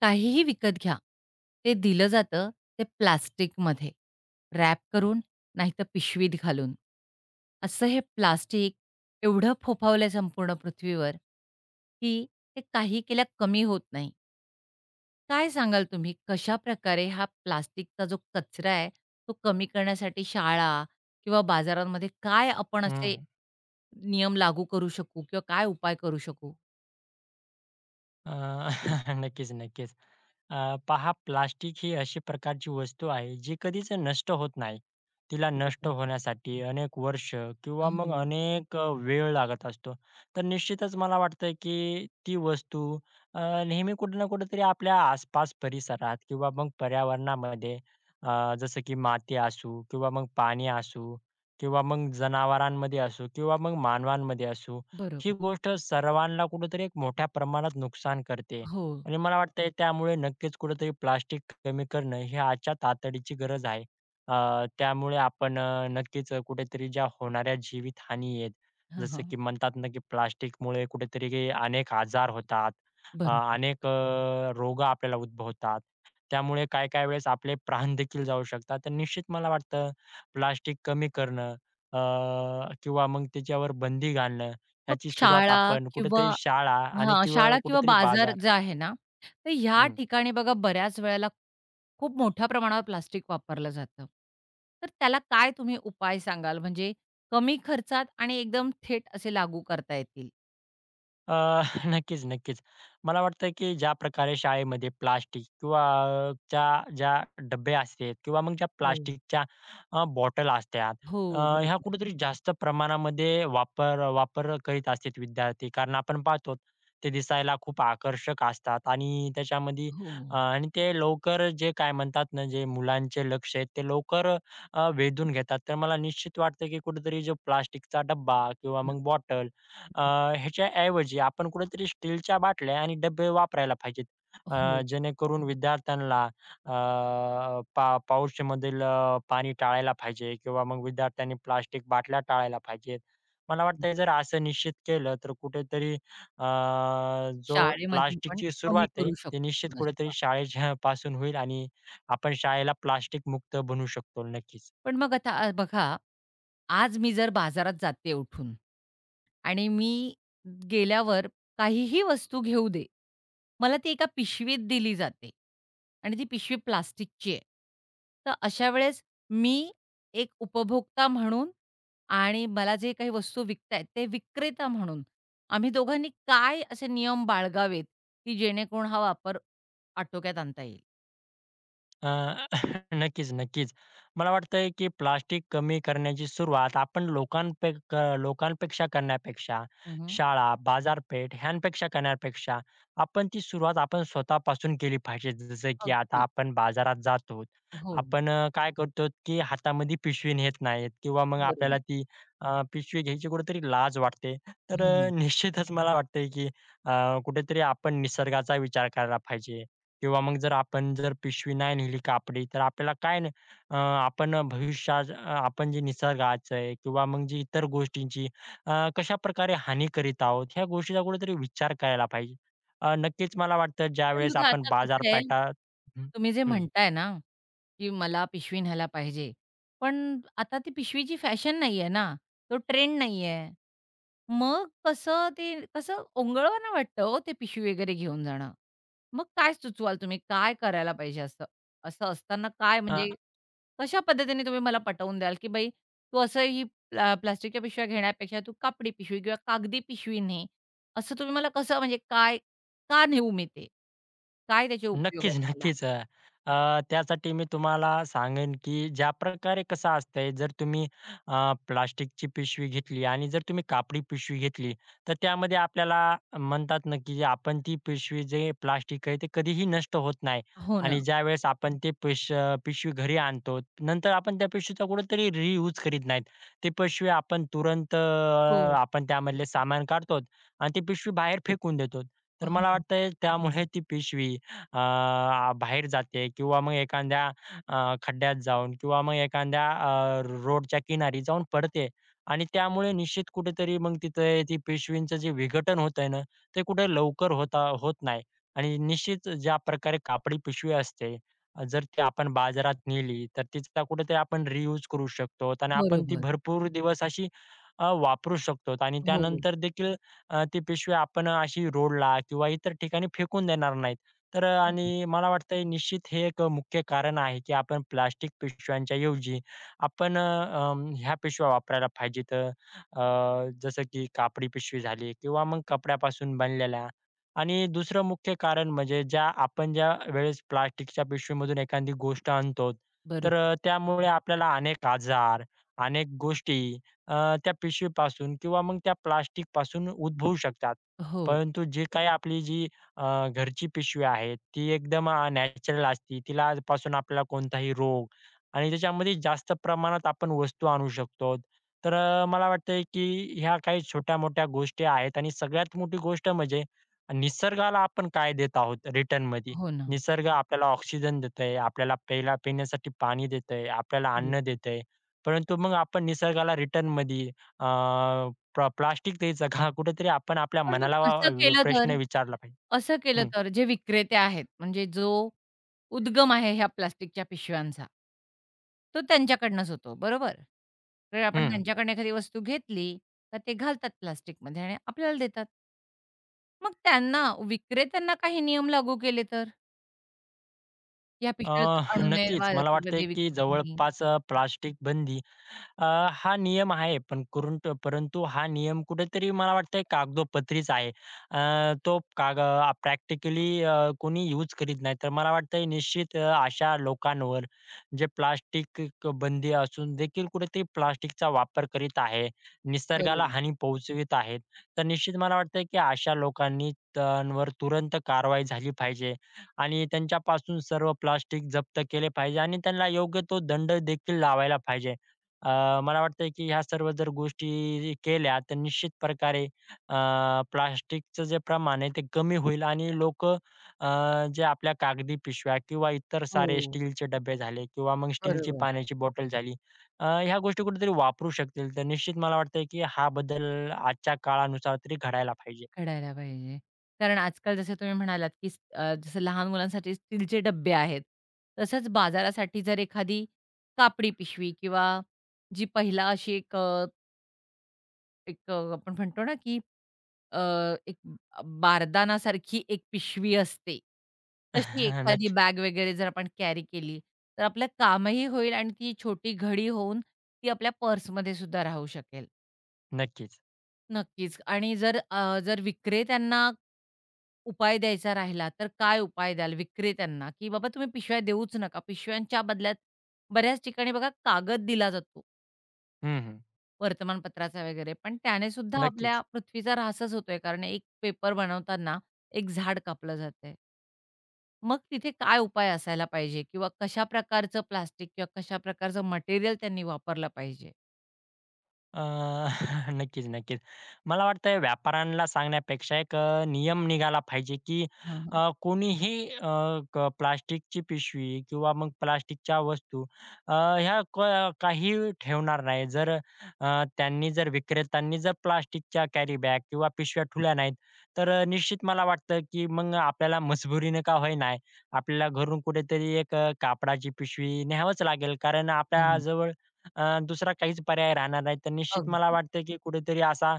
काहीही विकत घ्या. ते दिलं जातं ते प्लास्टिकमध्ये रॅप करून नाहीतर पिशवीत घालून. असं हे प्लास्टिक एवढं फोफावलं आहे संपूर्ण पृथ्वीवर, की ते काही केल्या कमी होत नाही. काय सांगाल तुम्ही कशाप्रकारे हा प्लास्टिकचा जो कचरा आहे तो कमी करण्यासाठी शाळा किंवा बाजारांमध्ये काय आपण असे हं. नियम लागू करू शकू किंवा काय उपाय करू शकू? अ, नक्कीच, नक्कीच. पहा प्लास्टिक ही अशी प्रकारची वस्तू आहे जी कधीच नष्ट होत नाही. तिला नष्ट बरोबर. होण्यासाठी अनेक वर्ष किंवा मग हो. अनेक वेळ लागत असतो. तर निश्चितच मला वाटतं, की ती वस्तू अ, नेहमी कुठे ना कुठेतरी आपल्या आसपास परिसरात किंवा मग पर्यावरणामध्ये जसं की माती असू किंवा मग पाणी असू किंवा मग जनावरांमध्ये असू किंवा मग मानवांमध्ये असू ही बरोबर. गोष्ट सर्वांना कुठेतरी एक मोठ्या प्रमाणात नुकसान करते. हो. आणि मला वाटतंय त्यामुळे नक्कीच कुठेतरी प्लास्टिक कमी करणं ही आजच्या तातडीची गरज आहे. त्यामुळे आपण नक्कीच कुठेतरी ज्या होणाऱ्या जीवितहानी आहेत, जसं हां. की म्हणतात ना, की प्लास्टिकमुळे कुठेतरी काही अनेक आजार होतात, बरोबर. अनेक रोग आपल्याला उद्भवतात. त्यामुळे काही-काही वेळेस आपले प्राण देखील जाऊ शकतात. तर निश्चित मला वाटतं प्लास्टिक कमी करणं अ, किंवा मग त्याच्यावर बंदी घालणं मग ह्याची सुरुवात शाळा आपण किंवा कुठेतरी शाळा आणि हां, किंवा शाळा किंवा कुठेतरी बाजार बाजार. जे आहे ना, तर ह्या हं. ठिकाणी बघा बऱ्याच वेळेला खूप मोठ्या प्रमाणावर प्लास्टिक वापरलं जातं. तर त्याला काय तुम्ही उपाय सांगाल? म्हणजे कमी खर्चात आणि एकदम थेट असे लागू करता येतील? नक्कीच, नक्कीच. मला वाटतं, की ज्या प्रकारे शाळेमध्ये प्लास्टिक किंवा ज्या ज्या डब्बे असतात किंवा मग ज्या हो. प्लास्टिकच्या बॉटल असतात, अ, हो. ह्या बरोबर. कुठेतरी जास्त प्रमाणामध्ये वापर वापर करीत असतात विद्यार्थी. कारण आपण पाहतो, ते दिसायला खूप आकर्षक असतात आणि त्याच्यामध्ये हो. आणि ते लवकर जे काय म्हणतात ना, जे मुलांचे लक्ष आहे, ते लवकर वेधून घेतात. तर मला निश्चित वाटतं, की कुठेतरी जो प्लास्टिकचा डब्बा किंवा बरोबर. मग बॉटल, अ, ह्याच्याऐवजी आपण कुठेतरी स्टीलच्या बाटल्या आणि डब्बे वापरायला पाहिजेत. हो. जेणेकरून विद्यार्थ्यांना पाऊचमधील पाणी टाळायला पाहिजे किंवा मग विद्यार्थ्यांनी प्लास्टिक बाटल्या टाळायला पाहिजेत. मला हं. वाटतंय जर असं निश्चित केलं तर कुठेतरी जो शाळेमध्ये आपण प्लास्टिकची कमी सुरुवात आहे, करू ती शकतो निश्चित कुठेतरी थोडंसं. शाळेच्या पासून होईल आणि आपण शाळेला प्लास्टिक मुक्त बनवू शकतो नक्कीच. पण मग आता बघा, आज मी जर बाजारात जाते उठून आणि मी गेल्यावर काहीही वस्तू घेऊ दे, मला ती एका पिशवीत दिली जाते आणि ती पिशवी प्लास्टिकची आहे. तर अशा वेळेस मी एक उपभोक्ता म्हणून आणि मला जे काही वस्तू विकतायत ते विक्रेता म्हणून, आम्ही दोघांनी काय असे नियम बाळगावेत, की जेणेकरून हा वापर आटोक्यात आणता येईल? अ, नक्कीच, नक्कीच. मला वाटतंय, की प्लास्टिक कमी करण्याची सुरुवात आपण लोकांपेक्षा करण्यापेक्षा, हं, शाळा, बाजारपेठ ह्यांपेक्षा करण्यापेक्षा, आपण ती सुरुवात आपण स्वतःपासून केली पाहिजे. जसं की आता अगदीच. आपण बाजारात जातो. हो, आपण काय करतो, की हातामध्ये पिशवी नेत नाहीत किंवा मग आपल्याला बरोबर. ती पिशवी घ्यायची कुठेतरी लाज वाटते. तर हो ना. निश्चितच मला वाटतंय, की कुठेतरी आपण निसर्गाचा विचार करायला पाहिजे. किंवा मग जर आपण जर पिशवी नाही नेली कापडी, तर आपल्याला काय नाही आपण भविष्यात आपण जे निसर्गाचं आहे किंवा मग जी इतर गोष्टींची कशाप्रकारे हानी करीत आहोत, ह्या गोष्टीचा कुठेतरी विचार करायला पाहिजे. नक्कीच मला वाटतं पण ज्यावेळेस बघा आपण आता कसं आहे, बाजारपेठा. हं, तुम्ही जे हं. म्हणताय ना, की मला पिशवी न्यायला पाहिजे. पण आता ती पिशवीची फॅशन नाहीये ना, तो ट्रेंड नाहीये. मग कसं ते कसं ओंगळवाना वाटतं हो ते पिशवी वगैरे घेऊन जाणं. मग काय सुचवाल तुम्ही? काय करायला पाहिजे असं? असं असताना काय म्हणजे कशा पद्धतीने तुम्ही मला पटवून द्याल, की बाई तू असं ही प्लास्टिकच्या पिशव्या घेण्यापेक्षा तू कापडी पिशवी किंवा कागदी पिशवी ने. असं तुम्ही मला कसं म्हणजे काय का नेऊ मी ते? काय त्याचे उपयोग नक्कीच, आहेत मला? नक्कीच. अ, अ, त्यासाठी मी तुम्हाला सांगेन, की ज्याप्रकारे कसं असतंय, जर तुम्ही प्लास्टिकची पिशवी घेतली आणि जर तुम्ही कापडी पिशवी घेतली, तर त्यामध्ये आपल्याला म्हणतात ना, की आपण ती पिशवी जे प्लास्टिक आहे, ते कधीही नष्ट होत नाही हो ना. आणि ज्यावेळेस आपण ते पिशवी घरी आणतो, नंतर आपण त्या पिशवीचा कुठेतरी रियूज करीत नाहीत. ती पिशवी आपण तुरंत हो. आपण त्यामधले सामान काढतो आणि ती पिशवी बाहेर फेकून देतो. तर मला हो. वाटतंय त्यामुळे ती पिशवी बाहेर जाते किंवा मग एखाद्या खड्ड्यात जाऊन किंवा मग एखाद्या रोडच्या किनारी जाऊन पडते आणि त्यामुळे निश्चित कुठेतरी मग तिथे ती पिशवींचं जे विघटन होतंय ना, ते कुठे लवकर होत नाही आणि निश्चित ज्या प्रकारे कापडी पिशवी असते, जर ती आपण बाजारात नेली, तर तिचा कुठेतरी आपण रियूज करू शकतो आणि आपण ती बरोबर. भरपूर दिवस अशी वापरू शकतो आणि हो. त्यानंतर देखील ती पिशवी आपण अशी रोडला किंवा इतर ठिकाणी फेकून देणार नाहीत. तर हो ना. आणि मला वाटतंय निश्चित हे एक मुख्य कारण आहे, की आपण प्लास्टिक पिशव्यांच्या ऐवजी आपण ह्या पिशव्या वापरायला पाहिजेत. जसं की कापडी पिशवी झाली किंवा मग कपड्यापासून बनलेल्या. आणि दुसरं मुख्य कारण म्हणजे ज्या आपण ज्या वेळेस प्लास्टिकच्या पिशवीमधून एखादी गोष्ट आणतो, तर बरोबर. त्यामुळे आपल्याला अनेक आजार, अनेक गोष्टी अ, त्या पिशवीपासून किंवा मग त्या प्लास्टिकपासून उद्भवू शकतात. हो. परंतु जी काही आपली जी घरची पिशवी आहे ती एकदम नॅचरल असते. तिला आजपासून आपल्याला कोणताही रोग आणि त्याच्यामध्ये जास्त प्रमाणात आपण वस्तू आणू शकतो. तर मला वाटतंय की ह्या काही छोट्या-मोठ्या गोष्टी आहेत आणि सगळ्यात मोठी गोष्ट म्हणजे निसर्गाला आपण काय देत आहोत रिटर्नमध्ये. हो ना. निसर्ग आपल्याला ऑक्सिजन देतंय, आपल्याला प्यायला पिण्यासाठी पाणी देतंय, आपल्याला बरोबर. अन्न देतंय. परंतु मग आपण निसर्गाला रिटर्नमध्ये अ, प्लास्टिक द्यायचं का? कुठेतरी आपण आपल्या पण मनाला मग असं केलं प्रश्न तर? विचारला पाहिजे. असं केलं हं, तर जे विक्रेते आहेत, म्हणजे जो उद्गम आहे ह्या प्लास्टिकच्या पिशव्यांचा, तो त्यांच्याकडनंच होतो, बरोबर? तर आपण हं. त्यांच्याकडनं एखादी वस्तू घेतली, तर ते घालतात प्लास्टिकमध्ये आणि आपल्याला देतात. मग त्यांना विक्रेत्यांना काही नियम लागू केले तर? या अ, पिशव्याच आणू नये, नक्कीच मला वाटतंय मार्केटमध्ये की विकूच नाही. जवळपास प्लास्टिक बंदी अ, हा नियम आहे, पण करून परंतु हा नियम कुठेतरी मला वाटतंय कागदोपत्रीच आहे. अ, तो प्रॅक्टिकली कोणी यूज करीत नाही. तर मला वाटतंय निश्चित अशा लोकांवर जे प्लास्टिक बंदी असून देखील कुठेतरी प्लास्टिकचा वापर करीत आहे, निसर्गाला बरोबर. हानी पोहोचवीत आहेत. तर निश्चित मला वाटतंय, की अशा लोकांनी त्यांवर तुरंत कारवाई झाली पाहिजे आणि त्यांच्यापासून सर्व प्लास्टिक जप्त केले पाहिजे आणि त्यांना योग्य तो दंड देखील लावायला पाहिजे. मला वाटतंय की ह्या सर्व जर गोष्टी केल्या तर निश्चित प्रकारे प्लास्टिकचं जे प्रमाण आहे ते कमी होईल आणि लोकं जे आपल्या कागदी पिशव्या किंवा इतर सारे हो, स्टीलचे डब्बे झाले किंवा मग स्टीलची बरोबर. पाण्याची बॉटल झाली, ह्या गोष्टी कुठेतरी वापरू शकतील. तर निश्चित मला वाटतंय की हा बदल आजच्या काळानुसार तरी घडायला पाहिजे. कळायला पाहिजे. कारण आजकाल जसं तुम्ही म्हणालात, की जसं लहान मुलांसाठी स्टीलचे डब्बे आहेत. तसंच बाजारासाठी जर एखादी कापडी पिशवी किंवा जी पहिला अशी आपण म्हणतो ना, की अ, एक बारदानासारखी एक पिशवी असते. तशी एखादी नक्की, बॅग वगैरे जर आपण कॅरी केली, तर आपलं कामही होईल आणि ती छोटी घडी होऊन ती आपल्या पर्समध्ये सुद्धा राहू शकेल. नक्कीच. नक्कीच. आणि जर विक्रेत्यांना उपाय द्यायचा राहिला, तर काय उपाय द्याल विक्रेत्यांना? की बाबा तुम्ही पिशव्या देऊच नका. पिशव्यांच्या बदल्यात बऱ्याच ठिकाणी बघा कागद दिला जातो हं, हं. वर्तमानपत्राचा वगैरे, पण त्याने सुद्धा आपल्या नक्कीच. पृथ्वीचा ऱ्हासच होतोय. कारण एक पेपर बनवताना एक झाड कापलं जातंय. मग तिथे काय उपाय असायला पाहिजे? किंवा कशा प्रकारचं प्लास्टिक किंवा कशा प्रकारचं मटेरियल त्यांनी वापरलं पाहिजे? अ, नक्कीच, नक्कीच. मला वाटतंय व्यापाऱ्यांना सांगण्यापेक्षा एक नियम निघाला पाहिजे, की हां, हां. कोणीही अ, क प्लास्टिकची पिशवी किंवा मग प्लास्टिकच्या वस्तू ह्या काही ठेवणार नाही. जर त्यांनी जर विक्रेत्यांनी जर प्लास्टिकच्या कॅरी बॅग किंवा पिशव्या ठेवल्या नाहीत, तर निश्चित मला वाटतं, की मग आपल्याला मजबुरीनं का होईना, आपल्याला घरून कुठेतरी एक कापडाची पिशवी न्यावंच लागेल. कारण हो ना. आपल्याजवळ दुसरा काहीच पर्याय राहणार नाही. तर निश्चित मला अगदी. वाटतं की कुठेतरी असा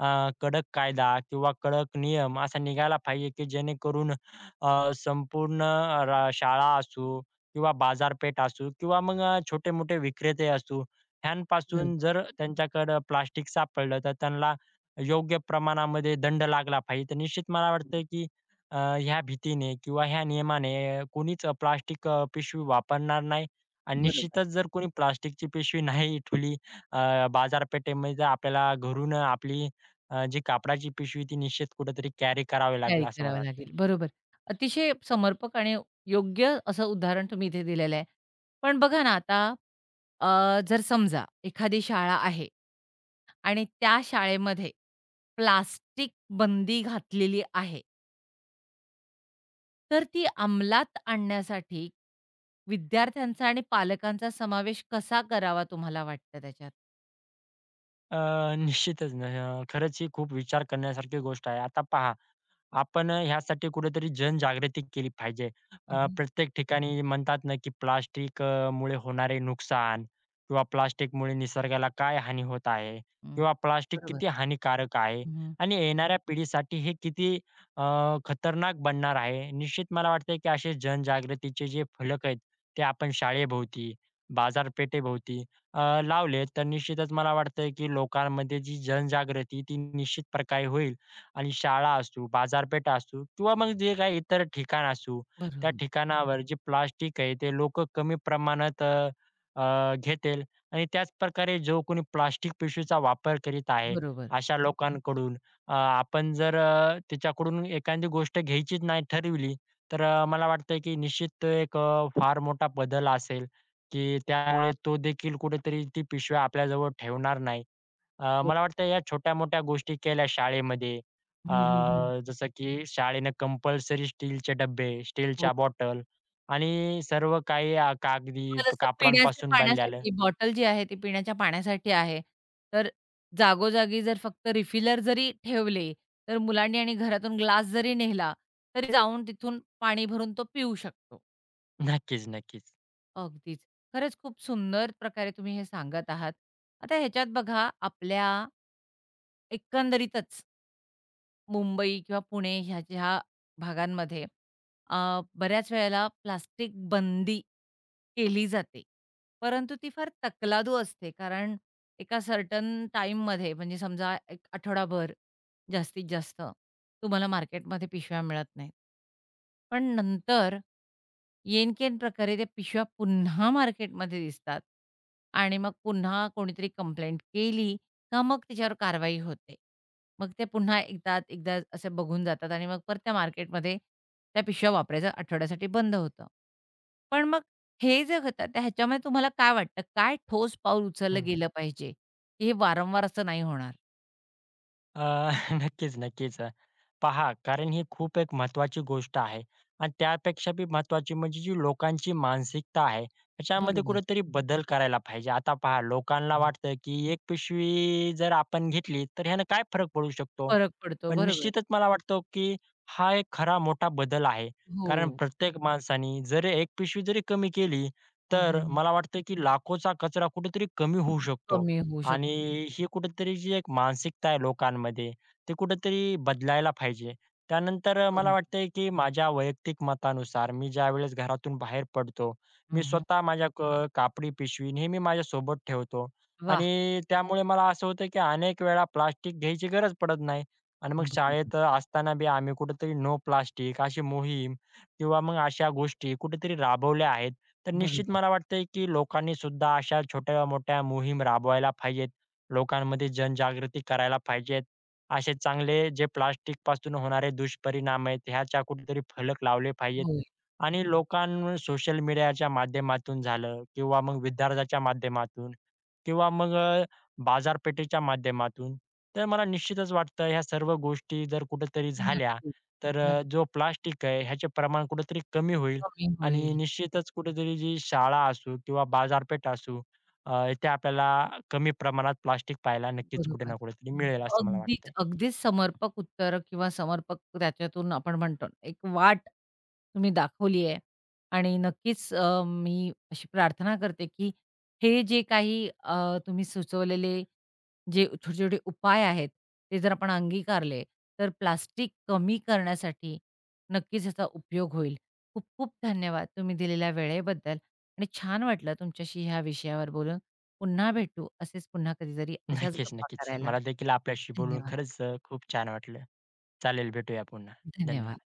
अ, कडक कायदा किंवा कडक नियम असा निघायला पाहिजे की जेणेकरून संपूर्ण शाळा असू किंवा बाजारपेठ असू किंवा मग छोटे-मोठे विक्रेते असू, ह्यांपासून जर त्यांच्याकडं प्लास्टिक सापडलं तर त्यांना योग्य प्रमाणामध्ये दंड लागला पाहिजे. तर निश्चित मला वाटतं बरोबर. की अ, ह्या भीतीने किंवा ह्या नियमाने कोणीच प्लास्टिक पिशवी वापरणार नाही. आणि बरोबर. निश्चितच जर कोणी प्लास्टिकची पिशवी नाही ठेवली बाजारपेठेमध्ये जर आपल्याला घरून आपली जी कापडाची पिशवी ती निश्चित कुठेतरी कॅरी करावी लागेल तयारी असं मला करावी वाटतंय. लागेल. बरोबर. अतिशय समर्पक आणि योग्य असं उदाहरण तुम्ही इथे दिलेलं आहे. पण बघा ना आता जर समजा एखादी शाळा आहे आणि त्या शाळेमध्ये प्लास्टिक बंदी घातलेली आहे. तर ती अंमलात आणण्यासाठी विद्यार्थ्यांचा आणि पालकांचा समावेश कसा करावा तुम्हाला वाटतं त्याच्यात? अ, निश्चितच ना, खरंच ही खूप विचार करण्यासारखी गोष्ट आहे. आता पहा आपण ह्यासाठी कुठेतरी जनजागृती केली पाहिजे. हं, हं. प्रत्येक ठिकाणी म्हणतात ना, की प्लास्टिक मुळे होणारे नुकसान किंवा प्लास्टिकमुळे निसर्गाला काय हानी होत आहे किंवा प्लास्टिक बरोबर. किती हानिकारक आहे हं, आणि येणाऱ्या पिढीसाठी हे किती अ, खतरनाक बनणार आहे. निश्चित मला वाटतंय, की असे जनजागृतीचे जे फलक आहेत, ते आपण शाळेभोवती, बाजारपेठेभोवती लावले, तर निश्चितच मला वाटतंय, की लोकांमध्ये जी जनजागृती ती निश्चित प्रकारे होईल. आणि शाळा असू, बाजारपेठा असू किंवा मग जे काही इतर ठिकाण असू, त्या बरोबर. ठिकाणावर जे प्लास्टिक आहे ते लोकं कमी प्रमाणात अ, अ, घेतील आणि त्याचप्रकारे जो कोणी प्लास्टिक पिशवीचा वापर करीत आहे, बरोबर. अशा लोकांकडून आपण जर त्याच्याकडून एखादी गोष्ट घ्यायचीच नाही ठरविली, तर मला वाटतं की निश्चित तो एक फार मोठा बदल असेल, की त्यामुळे तो देखील कुठेतरी ती पिशव्या आपल्याजवळ ठेवणार नाही. बरोबर. मला वाटतं या छोट्या-मोठ्या गोष्टी केल्या शाळेमध्ये, हं, अ, हं, हं. जसं की शाळेनं कंपल्सरी स्टीलचे डब्बे, स्टीलच्या बॉटल आणि सर्व काही कागदी किंवा जसं पिण्याचे कापडांपासून बनलेलं. पाण्यासाठी बॉटल जी आहे ती पिण्याच्या पाण्यासाठी आहे. तर जागोजागी जर फक्त रिफिलर जरी ठेवले, तर मुलांनी आणि घरातून ग्लास जरी नेला, तरी जाऊन तिथून पाणी भरून तो पिऊ शकतो. नक्कीच, नक्कीच. अगदीच. खरंच खूप सुंदर प्रकारे तुम्ही हे सांगत आहात. आता ह्याच्यात बघा आपल्या एकंदरीतच मुंबई किंवा पुणे ह्या ज्या भागांमध्ये अ, बऱ्याच वेळेला प्लास्टिक बंदी केली जाते. परंतु ती फार तकलादू असते. कारण एका सर्टन टाईममध्ये म्हणजे समजा एक आठवडाभर जास्तीत जास्त तुम्हाला मार्केटमध्ये पिशव्या मिळत नाहीत. पण नंतर येनकेन प्रकारे त्या पिशव्या पुन्हा मार्केटमध्ये दिसतात आणि मग पुन्हा कोणीतरी कंप्लेंट केली का मग त्याच्यावर कारवाई होते. मग ते पुन्हा एकदा एकदा असे बघून जातात आणि मग परत त्या मार्केटमध्ये त्या पिशव्या वापरायचं आठवड्यासाठी बंद होतं. पण मग हे जे होतं त्या ह्याच्यामध्ये तुम्हाला काय वाटतं? काय ठोस पाऊल उचललं हं. गेलं पाहिजे, की हे वारंवार असं नाही होणार? अ, नक्कीच, नक्कीच. पहा, कारण ही खूप एक महत्त्वाची गोष्ट आहे आणि त्यापेक्षा बी महत्त्वाची म्हणजे जी लोकांची मानसिकता आहे, त्याच्यामध्ये बरोबर. कुठेतरी बदल करायला पाहिजे. आता पहा, लोकांना हं. वाटतं, की एक पिशवी जर आपण घेतली, तर ह्यानं काय फरक पडू शकतो? फरक पडतो. पण बरोबर. निश्चितच मला वाटतं, की हा एक खरा मोठा बदल आहे. हो. कारण प्रत्येक माणसाने जर एक पिशवी जरी कमी केली, हं, तर हं. मला वाटतं, की लाखोचा कचरा कुठेतरी कमी होऊ शकतो. कमी होऊ आणि शकतो. ही कुठेतरी जी एक मानसिकता आहे लोकांमध्ये, ती कुठेतरी बदलायला पाहिजे. त्यानंतर मला बरोबर. वाटतंय की माझ्या वैयक्तिक मतानुसार मी ज्यावेळेस घरातून बाहेर पडतो, मी हं, हं. स्वतः माझ्या कापडी पिशवी नेहमी माझ्यासोबत ठेवतो वाह! आणि त्यामुळे मला असं होतं की अनेक वेळा प्लास्टिक घ्यायची गरज पडत नाही. आणि मग बरोबर, शाळेत असताना बी आम्ही कुठेतरी नो प्लास्टिक अशी मोहीम किंवा मग अशा गोष्टी कुठेतरी राबवल्या आहेत. तर निश्चित बरोबर. मला वाटतंय, की लोकांनी सुद्धा अशा छोट्या-मोठ्या मोहीम राबवायला पाहिजेत. लोकांमध्ये जनजागृती करायला पाहिजेत. असे चांगले जे प्लास्टिकपासून होणारे दुष्परिणाम आहेत, ह्याच्या कुठेतरी फलक लावले पाहिजेत. होय. आणि लोकां सोशल मीडियाच्या माध्यमातून झालं किंवा मग विद्यार्थ्याच्या माध्यमातून किंवा मग बाजारपेठेच्या माध्यमातून. तर मला निश्चितच वाटतं ह्या सर्व गोष्टी जर कुठेतरी झाल्या, नक्कीच. तर जो नक्की प्लास्टिक आहे ह्याचे प्रमाण कुठेतरी कमी होईल. कमी आणि होईल. निश्चितच कुठेतरी जी शाळा असू किंवा बाजारपेठ असू, इथे आपल्याला कमी प्रमाणात प्लास्टिक पाहायला नक्कीच कुठे बरोबर. ना कुठेतरी मिळेल असं मला अगदीच, वाटतंय. अगदीच समर्पक उत्तर किंवा समर्पक त्याच्यातून आपण म्हणतो ना, एक वाट तुम्ही दाखवली आहे आणि नक्कीच मी अशी प्रार्थना करते, की हे जे काही तुम्ही सुचवलेले जे छोटे-छोटे उपाय आहेत, ते जर आपण अंगीकारले, तर प्लास्टिक कमी करण्यासाठी नक्कीच याचा उपयोग होईल. खूप-खूप धन्यवाद तुम्ही दिलेल्या वेळेबद्दल आणि छान वाटलं तुमच्याशी ह्या विषयावर बोलून. पुन्हा भेटू असेच पुन्हा कधीतरी अशाच नक्कीच, गप्पा नक्कीच. करायला. मला देखील आपल्याशी बोलून धन्यवाद, खरंच खूप छान वाटलं. चालेल, भेटूया पुन्हा. धन्यवाद. धन्यवाद.